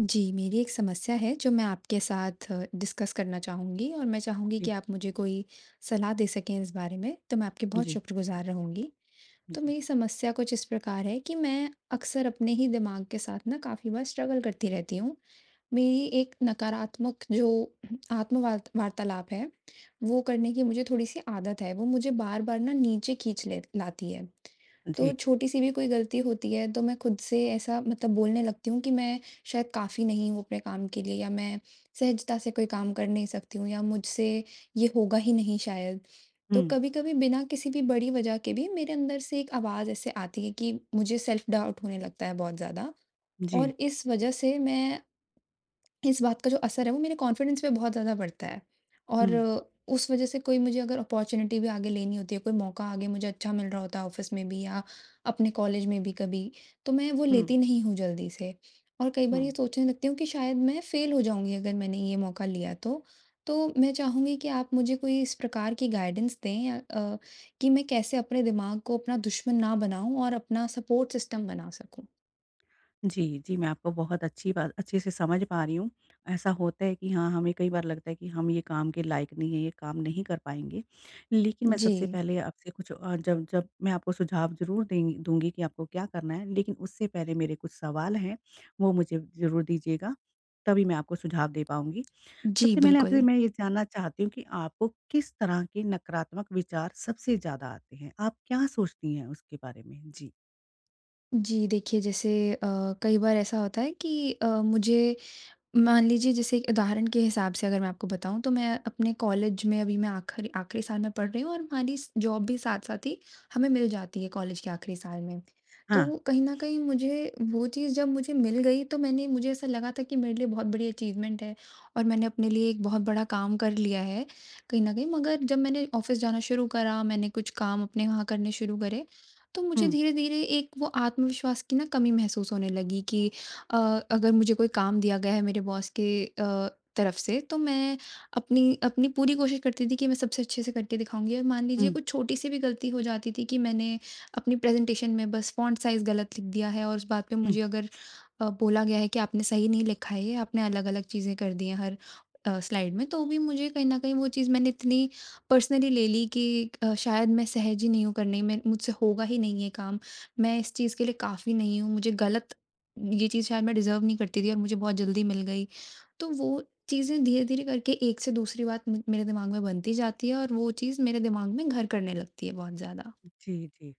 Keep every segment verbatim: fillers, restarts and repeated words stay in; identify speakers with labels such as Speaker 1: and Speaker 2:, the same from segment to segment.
Speaker 1: जी, मेरी एक समस्या है जो मैं आपके साथ डिस्कस करना चाहूँगी और मैं चाहूँगी कि
Speaker 2: जी,
Speaker 1: आप मुझे कोई सलाह दे सकें इस बारे में, तो मैं आपकी बहुत
Speaker 2: जी,
Speaker 1: शुक्रगुज़ार रहूँगी। तो
Speaker 2: जी,
Speaker 1: मेरी समस्या कुछ इस प्रकार है कि मैं अक्सर अपने ही दिमाग के साथ ना काफ़ी बार स्ट्रगल करती रहती हूँ। मेरी एक नकारात्मक जो आत्म वार्त वार्तालाप है, वो करने की मुझे थोड़ी-सी आदत है, वो मुझे बार-बार ना नीचे खींच ले लाती है। तो
Speaker 2: जी।
Speaker 1: छोटी-सी भी कोई गलती होती है तो मैं खुद से ऐसा मतलब बोलने लगती हूँ कि मैं शायद काफ़ी नहीं हूँ अपने काम के लिए, या मैं सहजता से कोई काम कर नहीं सकती हूँ, या मुझसे ये होगा ही नहीं शायद। तो
Speaker 2: हुँ,
Speaker 1: कभी-कभी बिना किसी भी बड़ी वजह के भी मेरे अंदर से एक आवाज़ ऐसे आती है कि मुझे सेल्फ डाउट होने लगता है बहुत ज़्यादा। और
Speaker 2: जी,
Speaker 1: इस वजह से मैं, इस बात का जो असर है वो मेरे कॉन्फिडेंस पे बहुत ज़्यादा पड़ता है।
Speaker 2: हुँ,
Speaker 1: और उस वज़ह से कोई मुझे अगर अपॉर्च्युनिटी भी आगे लेनी होती है, कोई मौका आगे मुझे अच्छा मिल रहा होता है ऑफ़िस में भी या अपने कॉलेज में भी कभी, तो मैं वो
Speaker 2: हुँ,
Speaker 1: लेती नहीं हूँ जल्दी से। और कई बार
Speaker 2: हुँ।
Speaker 1: ये सोचने लगती हूँ कि शायद मैं फ़ेल हो जाऊँगी अगर मैंने ये मौका लिया तो। तो मैं चाहूँगी कि आप मुझे कोई इस प्रकार की गाइडेंस दें। अ अ, कि मैं कैसे अपने दिमाग को अपना दुश्मन ना बनाऊँ और अपना सपोर्ट सिस्टम बना सकूँ?
Speaker 2: जी, जी, मैं आपको बहुत अच्छी बात अच्छे से समझ पा रही हूँ। ऐसा होता है कि हाँ, हमें कई बार लगता है कि हम ये काम के लायक नहीं हैं, ये काम नहीं कर पाएँगे। लेकिन मैं
Speaker 1: जी।
Speaker 2: सबसे पहले आपसे कुछ अ, जब जब मैं आपको सुझाव ज़रूर देंगी दूँगी कि आपको क्या करना है, लेकिन उससे पहले मेरे कुछ सवाल हैं, वो मुझे ज़रूर दीजिएगा, तभी मैं आपको सुझाव दे पाऊँगी।
Speaker 1: जी,
Speaker 2: सबसे पहले आपसे
Speaker 1: बिल्कुल।
Speaker 2: मैं ये जानना चाहती हूँ कि आपको किस तरह के नकारात्मक विचार सबसे ज़्यादा आते हैं? आप क्या सोचती हैं उसके बारे में? जी।
Speaker 1: जी देखिए, जैसे अ, कई बार ऐसा होता है कि अ, मुझे मान लीजिए, जैसे एक उदाहरण के हिसाब से अगर मैं आपको बताऊँ, तो मैं अपने कॉलेज में अभी मैं आखिरी आखिरी साल में पढ़ रही हूँ और हमारी स- जॉब भी साथ साथ ही हमें मिल जाती है कॉलेज के आखिरी साल में।
Speaker 2: हाँ।
Speaker 1: तो कहीं ना कहीं मुझे वो चीज़ जब मुझे मिल गई, तो मैंने मुझे ऐसा लगा था कि मेरे लिए बहुत बड़ी अचीवमेंट है और मैंने अपने लिए एक बहुत बड़ा काम कर लिया है कहीं ना कहीं। मगर जब मैंने ऑफिस जाना शुरू करा, मैंने कुछ काम अपने वहाँ करने शुरू करे, तो मुझे
Speaker 2: हुँ,
Speaker 1: धीरे धीरे एक वो आत्मविश्वास की ना कमी महसूस होने लगी कि अ, अगर मुझे कोई काम दिया गया है मेरे बॉस के अ, तरफ से, तो मैं अपनी अपनी पूरी कोशिश करती थी कि मैं सबसे अच्छे से करके दिखाऊंगी। और मान लीजिए
Speaker 2: हुँ,
Speaker 1: कुछ छोटी सी भी गलती हो जाती थी कि मैंने अपनी प्रेजेंटेशन में बस फ़ॉन्ट साइज़ गलत लिख दिया है, और उस बात पे
Speaker 2: हुँ।
Speaker 1: मुझे अगर अ, बोला गया है कि आपने सही नहीं लिखा है, ये आपने अलग अलग चीज़ें कर दी हैं हर स्लाइड में, तो भी मुझे कहीं ना कहीं वो चीज़ मैंने इतनी पर्सनली ले ली कि अ, शायद मैं सहज ही नहीं हूँ करने में, मुझसे होगा ही नहीं ये काम, मैं इस चीज़ के लिए काफ़ी नहीं हूँ, मुझे गलत, ये चीज़ शायद मैं डिज़र्व नहीं करती थी और मुझे बहुत जल्दी मिल गई। तो वो चीज़ें धीरे-धीरे करके एक से दूसरी बात मे मेरे दिमाग में बनती जाती है और वो चीज़ मेरे दिमाग में घर करने लगती है बहुत ज़्यादा।
Speaker 2: जी, जी।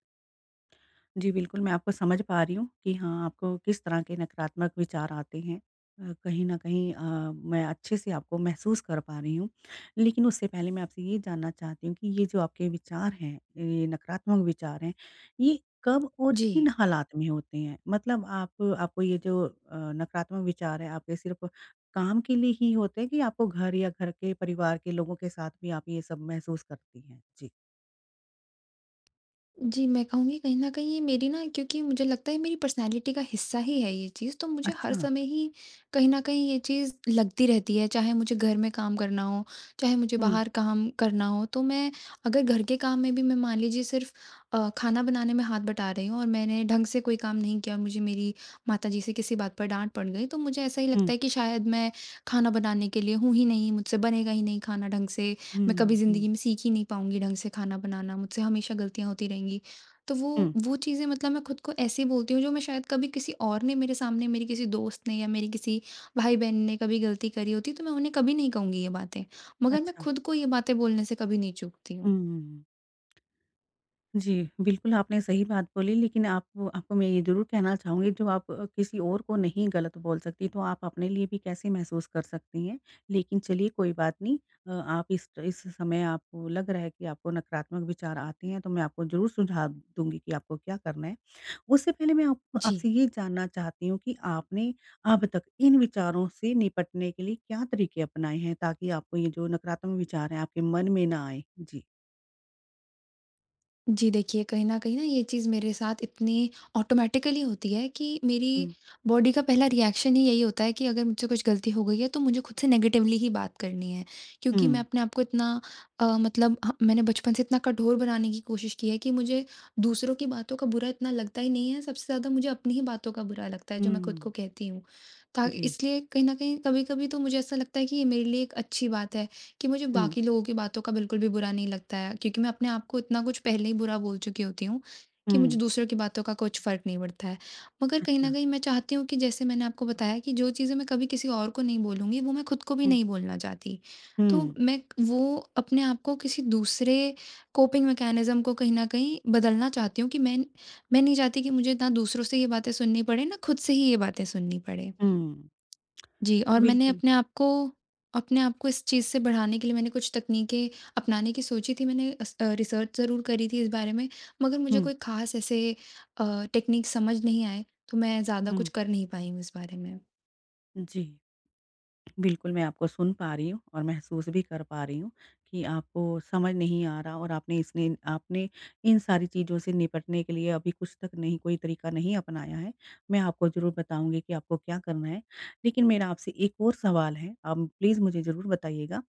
Speaker 2: जी, बिल्कुल, मैं आपको समझ पा रही हूँ कि हाँ, आपको किस तरह के नकारात्मक विचार आते हैं। अ, कहीं न कहीं अ, मैं अच्छे से आपको महसूस कर पा रही हूँ। लेकिन उससे पहले मैं आपसे ये जानना चाहती हूँ कि ये जो आपके विचार हैं, ये नकारात्मक विचार हैं, ये कब और
Speaker 1: जी।
Speaker 2: किन हालात में होते हैं? मतलब आप आपको ये जो अ, नकारात्मक विचार हैं, आपके सिर्फ़ काम के लिए ही होते हैं कि आपको घर या घर के परिवार के लोगों के साथ भी आप ये सब महसूस करती हैं? जी।
Speaker 1: जी, मैं कहूँगी कहीं न कहीं ये मेरी ना, क्योंकि मुझे लगता है मेरी पर्सनैलिटी का हिस्सा ही है ये चीज़, तो मुझे हर
Speaker 2: अच्छा।
Speaker 1: समय ही कहीं न कहीं ये चीज़ लगती रहती है। चाहे मुझे घर में काम करना हो, चाहे मुझे
Speaker 2: हुँ,
Speaker 1: बाहर काम करना हो, तो मैं, अगर घर के काम में भी मैं मान लीजिए सिर्फ़ अ, खाना बनाने में हाथ बटा रही हूँ और मैंने ढंग से कोई काम नहीं किया, और मुझे मेरी माताजी से किसी बात पर डाँट पड़ गई, तो मुझे ऐसा ही
Speaker 2: हुँ।
Speaker 1: लगता है कि शायद मैं खाना बनाने के लिए हूँ ही नहीं, मुझसे बनेगा ही नहीं खाना ढंग से, मैं कभी
Speaker 2: हुँ, हुँ,
Speaker 1: ज़िंदगी में सीख ही नहीं पाऊँगी ढंग से खाना बनाना, मुझसे हमेशा गलतियाँ होती रहेंगी। तो वो
Speaker 2: हुँ।
Speaker 1: वो चीज़ें, मतलब मैं खुद को ऐसे बोलती हूँ जो मैं शायद, कभी किसी और ने मेरे सामने मेरे किसी दोस्त ने या मेरे किसी भाई-बहन ने कभी गलती करी होती, तो मैं उन्हें कभी नहीं कहूँगी ये बातें। मगर मैं
Speaker 2: अच्छा।
Speaker 1: खुद को ये बातें बोलने से कभी नहीं चूकती हूँ।
Speaker 2: हुँ, जी, बिल्कुल आपने सही बात बोली लेकिन आप आपको मैं ये ज़रूर कहना चाहूँगी जो आप अ, किसी और को नहीं गलत बोल सकती तो आप अपने लिए भी कैसे महसूस कर सकती हैं। लेकिन चलिए कोई बात नहीं अ, आप इस इस समय आपको लग रहा है कि आपको नकारात्मक विचार आते हैं तो मैं आपको ज़रूर सुझाव दूँगी कि आपको क्या करना है। उससे पहले मैं आप आपसे
Speaker 1: जी
Speaker 2: ये जानना चाहती हूँ कि आपने अब तक इन विचारों से निपटने के लिए क्या तरीके अपनाए हैं ताकि आपको ये जो नकारात्मक विचार हैं आपके मन में ना आए? जी।
Speaker 1: जी देखिए, कहीं न कहीं न ये चीज़ मेरे साथ इतनी ऑटोमैटिकली होती है कि मेरी
Speaker 2: हुँ,
Speaker 1: बॉडी का पहला रिएक्शन ही यही होता है कि अगर मुझसे कुछ गलती हो गई है, तो मुझे खुद से नेगेटिवली ही बात करनी है। क्योंकि मैं
Speaker 2: हुँ,
Speaker 1: अपने आप को इतना, अ, मतलब ह मैंने बचपन से इतना कठोर बनाने की कोशिश की है कि मुझे दूसरों की बातों का बुरा इतना लगता ही नहीं है, सबसे ज़्यादा मुझे अपनी ही बातों का बुरा लगता है जो मैं खुद को
Speaker 2: हुँ,
Speaker 1: कहती हूँ। ता
Speaker 2: जी,
Speaker 1: इसलिए कहीं न कहीं कभी-कभी तो मुझे ऐसा लगता है कि ये मेरे लिए एक अच्छी बात है। कि मुझे
Speaker 2: हुँ,
Speaker 1: बाकी लोगों की बातों का बिल्कुल भी बुरा नहीं लगता है, क्योंकि मैं अपने आप को इतना कुछ पहले ही बुरा बोल चुकी होती हूँ कि मुझे
Speaker 2: हुँ,
Speaker 1: दूसरों की बातों का कुछ फ़र्क नहीं पड़ता है। मगर कहीं न
Speaker 2: अच्छा,
Speaker 1: कहीं मैं चाहती हूँ कि, जैसे मैंने आपको बताया, कि जो चीज़ें मैं कभी किसी और को नहीं बोलूँगी, वो मैं खुद को भी
Speaker 2: हुँ,
Speaker 1: नहीं बोलना चाहती। तो
Speaker 2: हुँ,
Speaker 1: मैं वो अपने आप को किसी दूसरे कोपिंग मैकेनिज़्म को कहीं न कहीं बदलना चाहती हूँ कि मैं मैं नहीं चाहती कि मुझे ना दूसरों से ये बातें सुननी पड़े, ना खुद से ही ये बातें सुननी पड़े।
Speaker 2: हुँ,
Speaker 1: जी, और मैंने
Speaker 2: बिल्कुल।
Speaker 1: अपने आप को अपने आप को इस चीज़ से बढ़ाने के लिए मैंने कुछ तकनीकें अपनाने की सोची थी। मैंने अस अ, रिसर्च ज़रूर करी थी इस बारे में, मगर मुझे
Speaker 2: हुँ,
Speaker 1: कोई ख़ास ऐसे अ, टेक्नीक समझ नहीं आए, तो मैं ज़्यादा
Speaker 2: हुँ,
Speaker 1: कुछ कर नहीं पाई हूँ इस बारे में।
Speaker 2: जी। बिल्कुल, मैं आपको सुन पा रही हूँ और महसूस भी कर पा रही हूँ कि आपको समझ नहीं आ रहा और आपने इसने आपने इन सारी चीज़ों से निपटने के लिए अभी कुछ तक नहीं कोई तरीका नहीं अपनाया है। मैं आपको ज़रूर बताऊँगी कि आपको क्या करना है। लेकिन मेरा आपसे एक और सवाल है, आप प्लीज़ मुझे ज़रूर बताइएगा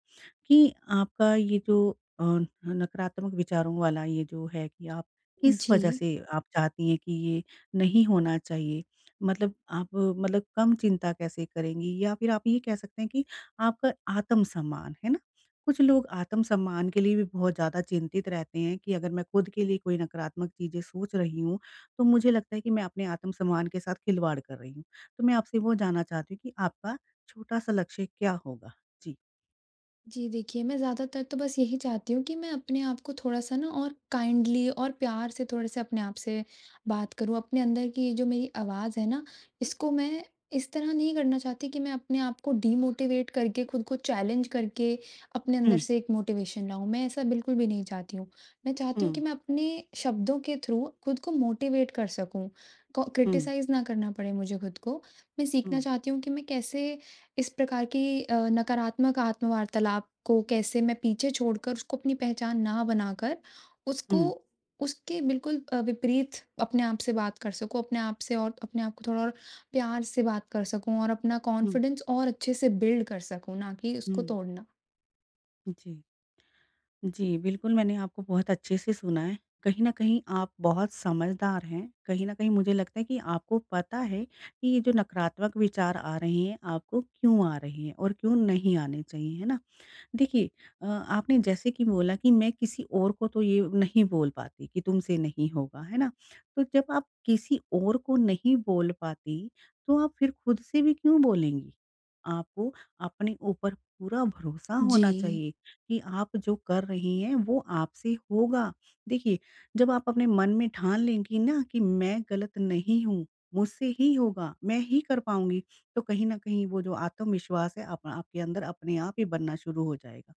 Speaker 2: कि आपका ये जो अ, नकारात्मक विचारों वाला ये जो है कि आप किस वजह
Speaker 1: जी।
Speaker 2: से आप चाहती हैं कि ये नहीं होना चाहिए? मतलब आप मतलब कम चिंता कैसे करेंगी? या फिर आप ये कह सकते हैं कि आपका आत्म-सम्मान, है ना? कुछ लोग आत्म-सम्मान के लिए भी बहुत ज़्यादा चिंतित रहते हैं कि अगर मैं खुद के लिए कोई नकारात्मक चीज़ें सोच रही हूँ, तो मुझे लगता है कि मैं अपने आत्म-सम्मान के साथ खिलवाड़ कर रही हूँ। तो मैं आपसे वो जानना चाहती हूँ कि आपका छोटा-सा लक्ष्य क्या होगा? जी।
Speaker 1: जी देखिए, मैं ज़्यादातर तो बस यही चाहती हूँ कि मैं अपने आप को थोड़ा-सा ना और काइंडली और प्यार से थोड़े-से अपने आप से बात करूँ। अपने अंदर की ये जो मेरी आवाज़ है ना, इसको मैं इस तरह नहीं करना चाहती कि मैं अपने आप को डिमोटिवेट करके, खुद को चैलेंज करके अपने अंदर
Speaker 2: हुँ,
Speaker 1: से एक मोटिवेशन लाऊँ। मैं ऐसा बिल्कुल भी नहीं चाहती हूँ। मैं चाहती हूँ
Speaker 2: हुँ।
Speaker 1: कि मैं अपने शब्दों के थ्रू खुद को मोटिवेट कर सकूँ। को
Speaker 2: हुँ,
Speaker 1: क्रिटिसाइज़ ना करना पड़े मुझे खुद को। मैं सीखना
Speaker 2: हुँ,
Speaker 1: चाहती हूँ कि मैं कैसे इस प्रकार की अ, नकारात्मक आत्म-वार्तालाप को कैसे मैं पीछे छोड़कर, उसको अपनी पहचान ना बनाकर, उसको
Speaker 2: हुँ,
Speaker 1: उसके बिल्कुल अ, विपरीत अपने आप से बात कर सकूँ, अपने आप से और अपने आप को थोड़ा और प्यार से बात कर सकूँ और अपना
Speaker 2: हुँ,
Speaker 1: कॉन्फिडेंस और अच्छे से बिल्ड कर सकूँ, ना कि उसको
Speaker 2: हुँ।
Speaker 1: तोड़ना।
Speaker 2: जी, जी, बिल्कुल मैंने आपको बहुत अच्छे से सुना है। कहीं न कहीं आप बहुत समझदार हैं। कहीं न कहीं मुझे लगता है कि आपको पता है कि ये जो नकारात्मक विचार आ रहे हैं, आपको क्यों आ रहे हैं और क्यों नहीं आने चाहिए, है ना? देखिए अ, आपने जैसे कि बोला कि मैं किसी और को तो ये नहीं बोल पाती कि तुमसे नहीं होगा, है ना? तो जब आप किसी और को नहीं बोल पाती, तो आप फिर खुद से भी क्यों बोलेंगी? आपको अपने ऊपर पूरा भरोसा होना
Speaker 1: जी,
Speaker 2: चाहिए कि आप जो कर रही हैं वो आपसे होगा। देखिए, जब आप अपने मन में ठान लेंगी ना कि मैं गलत नहीं हूँ, मुझसे ही होगा, मैं ही कर पाऊँगी, तो कहीं न कहीं वो जो आत्मविश्वास है आप आपके अंदर अपने आप ही बनना शुरू हो जाएगा।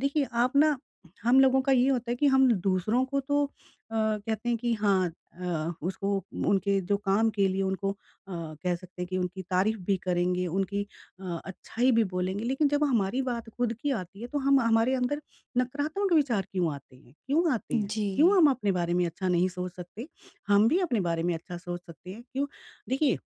Speaker 2: देखिए आप ना हम लोगों का ये होता है कि हम दूसरों को तो अ, कहते हैं कि हाँ अ, उसको उनके जो काम के लिए उनको अ, कह सकते हैं कि उनकी तारीफ़ भी करेंगे, उनकी अ, अच्छाई भी बोलेंगे, लेकिन जब हमारी बात खुद की आती है तो हम हमारे अंदर नकारात्मक विचार क्यों आते हैं? क्यों आते हैं?
Speaker 1: जी।
Speaker 2: क्यों हम अपने बारे में अच्छा नहीं सोच सकते? हम भी अपने बारे में अच्छा सोच सकते हैं, क्यों? देखिए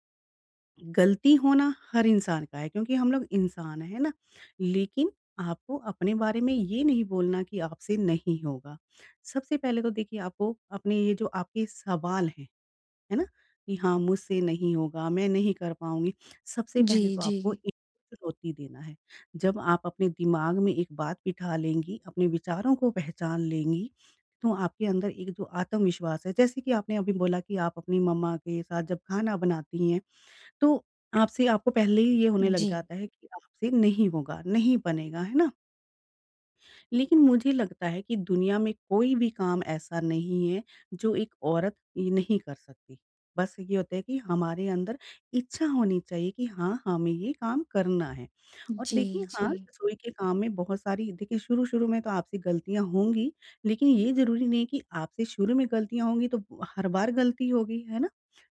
Speaker 2: गलती होना हर इंसान का है क्योंकि हम लोग इंसान हैं, है ना? लेकिन आपको अपने बारे में ये नहीं बोलना कि आपसे नहीं होगा। सबसे पहले तो देखिए आपको अपने ये जो आपके सवाल हैं, है ना? कि हाँ, मुझसे नहीं होगा, मैं नहीं कर पाऊँगी। सबसे
Speaker 1: जी,
Speaker 2: पहले तो
Speaker 1: जी।
Speaker 2: आपको एक चुनौती देना है। जब आप अपने दिमाग में एक बात बिठा लेंगी, अपने विचारों को पहचान लेंगी, तो आपके अंदर एक जो आत्मविश्वास है जैसे कि आपने अभी बोला कि आप अपनी मम्मा के साथ जब खाना बनाती हैं तो आपसे आपको पहले ही ये होने लग
Speaker 1: जी।
Speaker 2: जाता है कि आपसे नहीं होगा, नहीं बनेगा, है ना? लेकिन मुझे लगता है कि दुनिया में कोई भी काम ऐसा नहीं है जो एक औरत ये नहीं कर सकती। बस ये होता है कि हमारे अंदर इच्छा होनी चाहिए कि हाँ, हमें ये काम करना है। और
Speaker 1: जी,
Speaker 2: देखिए हाँ,
Speaker 1: जी।
Speaker 2: रसोई के काम में बहुत सारी देखिए शुरू-शुरू में तो आपसे गलतियाँ होंगी, लेकिन ये ज़रूरी नहीं कि आपसे शुरू में गलतियाँ होंगी तो हर बार गलती होगी, है ना?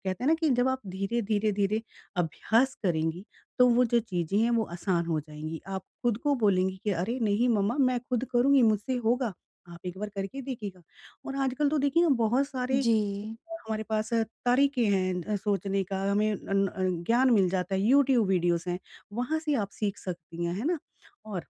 Speaker 2: कहते हैं ना कि जब आप धीरे, धीरे, धीरे अभ्यास करेंगी तो वो जो चीज़ें हैं वो आसान हो जाएँगी। आप खुद को बोलेंगी कि अरे नहीं मम्मा मैं खुद करूँगी, मुझसे होगा, आप एक बार करके देखिएगा। और आजकल तो देखिए ना बहुत सारे
Speaker 1: जी,
Speaker 2: अ, हमारे पास अ, तरीके हैं अ, सोचने का हमें अन अ, ज्ञान मिल जाता है, यूट्यूब वीडियोज़ हैं, वहाँ से आप सीख सकती हैं, है ना? और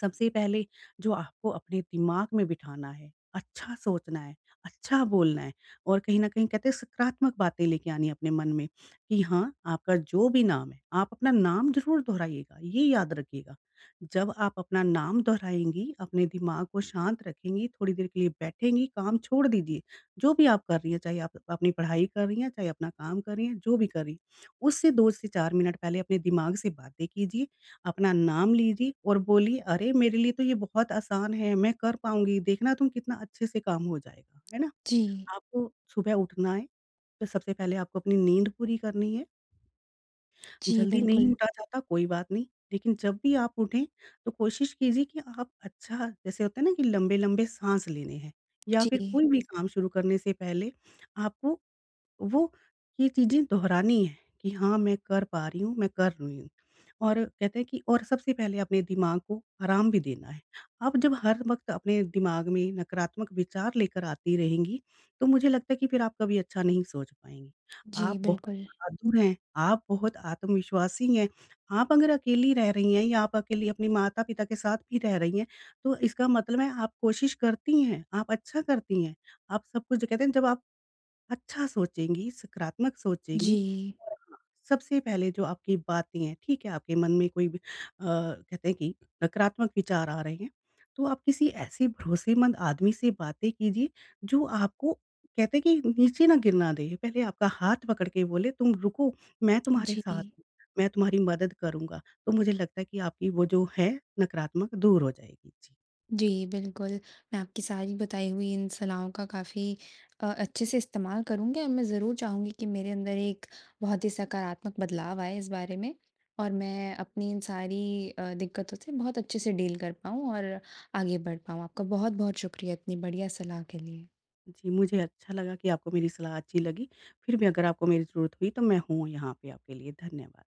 Speaker 2: सबसे पहले जो आपको अपने दिमाग में बिठाना है, अच्छा सोचना है, अच्छा बोलना है और कहीं न कहीं कहते हैं सकारात्मक बातें लेके आनी है अपने मन में कि हाँ, आपका जो भी नाम है, आप अपना नाम ज़रूर दोहराइएगा, ये याद रखिएगा। जब आप अपना नाम दोहराएँगी, अपने दिमाग को शांत रखेंगी, थोड़ी देर के लिए बैठेंगी, काम छोड़ दीजिए। जो भी आप कर रही हैं, चाहे आप अपनी पढ़ाई कर रही हैं, चाहे अपना काम कर रही हैं, जो भी कर रही हैं, उससे दो से चार मिनट पहले अपने दिमाग से बातें कीजिए अपना नाम लीजिए और बोलिए, "अरे! मेरे लिए तो ये बहुत आसान है, मैं कर पाऊँगी, देखना तुम कितना अच्छे से काम हो जाएगा।" है ना?
Speaker 1: जी।
Speaker 2: आपको सुबह उठना है, तो सबसे पहले आपको अपनी नींद पूरी करनी है।
Speaker 1: जी,
Speaker 2: जल्दी नहीं
Speaker 1: बिल्कुल।
Speaker 2: उठा जाता, कोई बात नहीं, लेकिन जब भी आप उठें, तो कोशिश कीजिए कि आप अच्छा जैसे होता है ना कि लंबे-लंबे साँस लेने हैं या फिर
Speaker 1: जी,
Speaker 2: कोई भी काम शुरू करने से पहले आपको वो ये चीज़ें दोहरानी है कि हाँ, मैं कर पा रही हूँ, मैं कर रही हूँ। और कहते हैं कि और सबसे पहले अपने दिमाग को आराम भी देना है। आप जब हर वक़्त अपने दिमाग में नकारात्मक विचार लेकर आती रहेंगी, तो मुझे लगता है कि फिर आप कभी अच्छा नहीं सोच पाएँगी।
Speaker 1: जी,
Speaker 2: आप बहुत
Speaker 1: बिल्कुल।
Speaker 2: बहादुर हैं, आप बहुत आत्मविश्वासी हैं। आप अगर अकेली रह रही हैं या आप अकेली अपने माता-पिता के साथ भी रह रही हैं, तो इसका मतलब है आप कोशिश करती हैं, आप अच्छा करती हैं। आप सब कुछ जो कहते हैं जब आप अच्छा सोचेंगी, सकारात्मक सोचेंगी
Speaker 1: जी,
Speaker 2: और हाँ, सबसे पहले जो आपकी बातें हैं, ठीक है, आपके मन में कोई भी अ, कहते हैं कि नकारात्मक विचार आ रहे हैं, तो आप किसी ऐसे भरोसेमंद आदमी से बातें कीजिए, जो आपको कहते हैं कि नीचे ना गिरना दे। पहले आपका हाथ पकड़ के बोले, "तुम रुको, मैं तुम्हारे
Speaker 1: जी।
Speaker 2: साथ हूँ, मैं तुम्हारी मदद करूँगा।" तो मुझे लगता है कि आपकी वो जो है, नकारात्मक दूर हो जाएगी। जी।
Speaker 1: जी, बिल्कुल। मैं आपकी सारी बताई हुई इन सलाहों का काफ़ी अ, अच्छे से इस्तेमाल करूँगी और मैं ज़रूर चाहूँगी कि मेरे अंदर एक बहुत ही सकारात्मक बदलाव आए इस बारे में और मैं अपनी इन सारी अ, दिक्कतों से बहुत अच्छे से डील कर पाऊँ और आगे बढ़ पाऊँ। आपका बहुत-बहुत शुक्रिया इतनी बढ़िया सलाह के लिए।
Speaker 2: जी, मुझे अच्छा लगा कि आपको मेरी सलाह अच्छी लगी। फिर भी अगर आपको मेरी ज़रूरत हुई तो मैं हूँ यहाँ पे आपके लिए। धन्यवाद।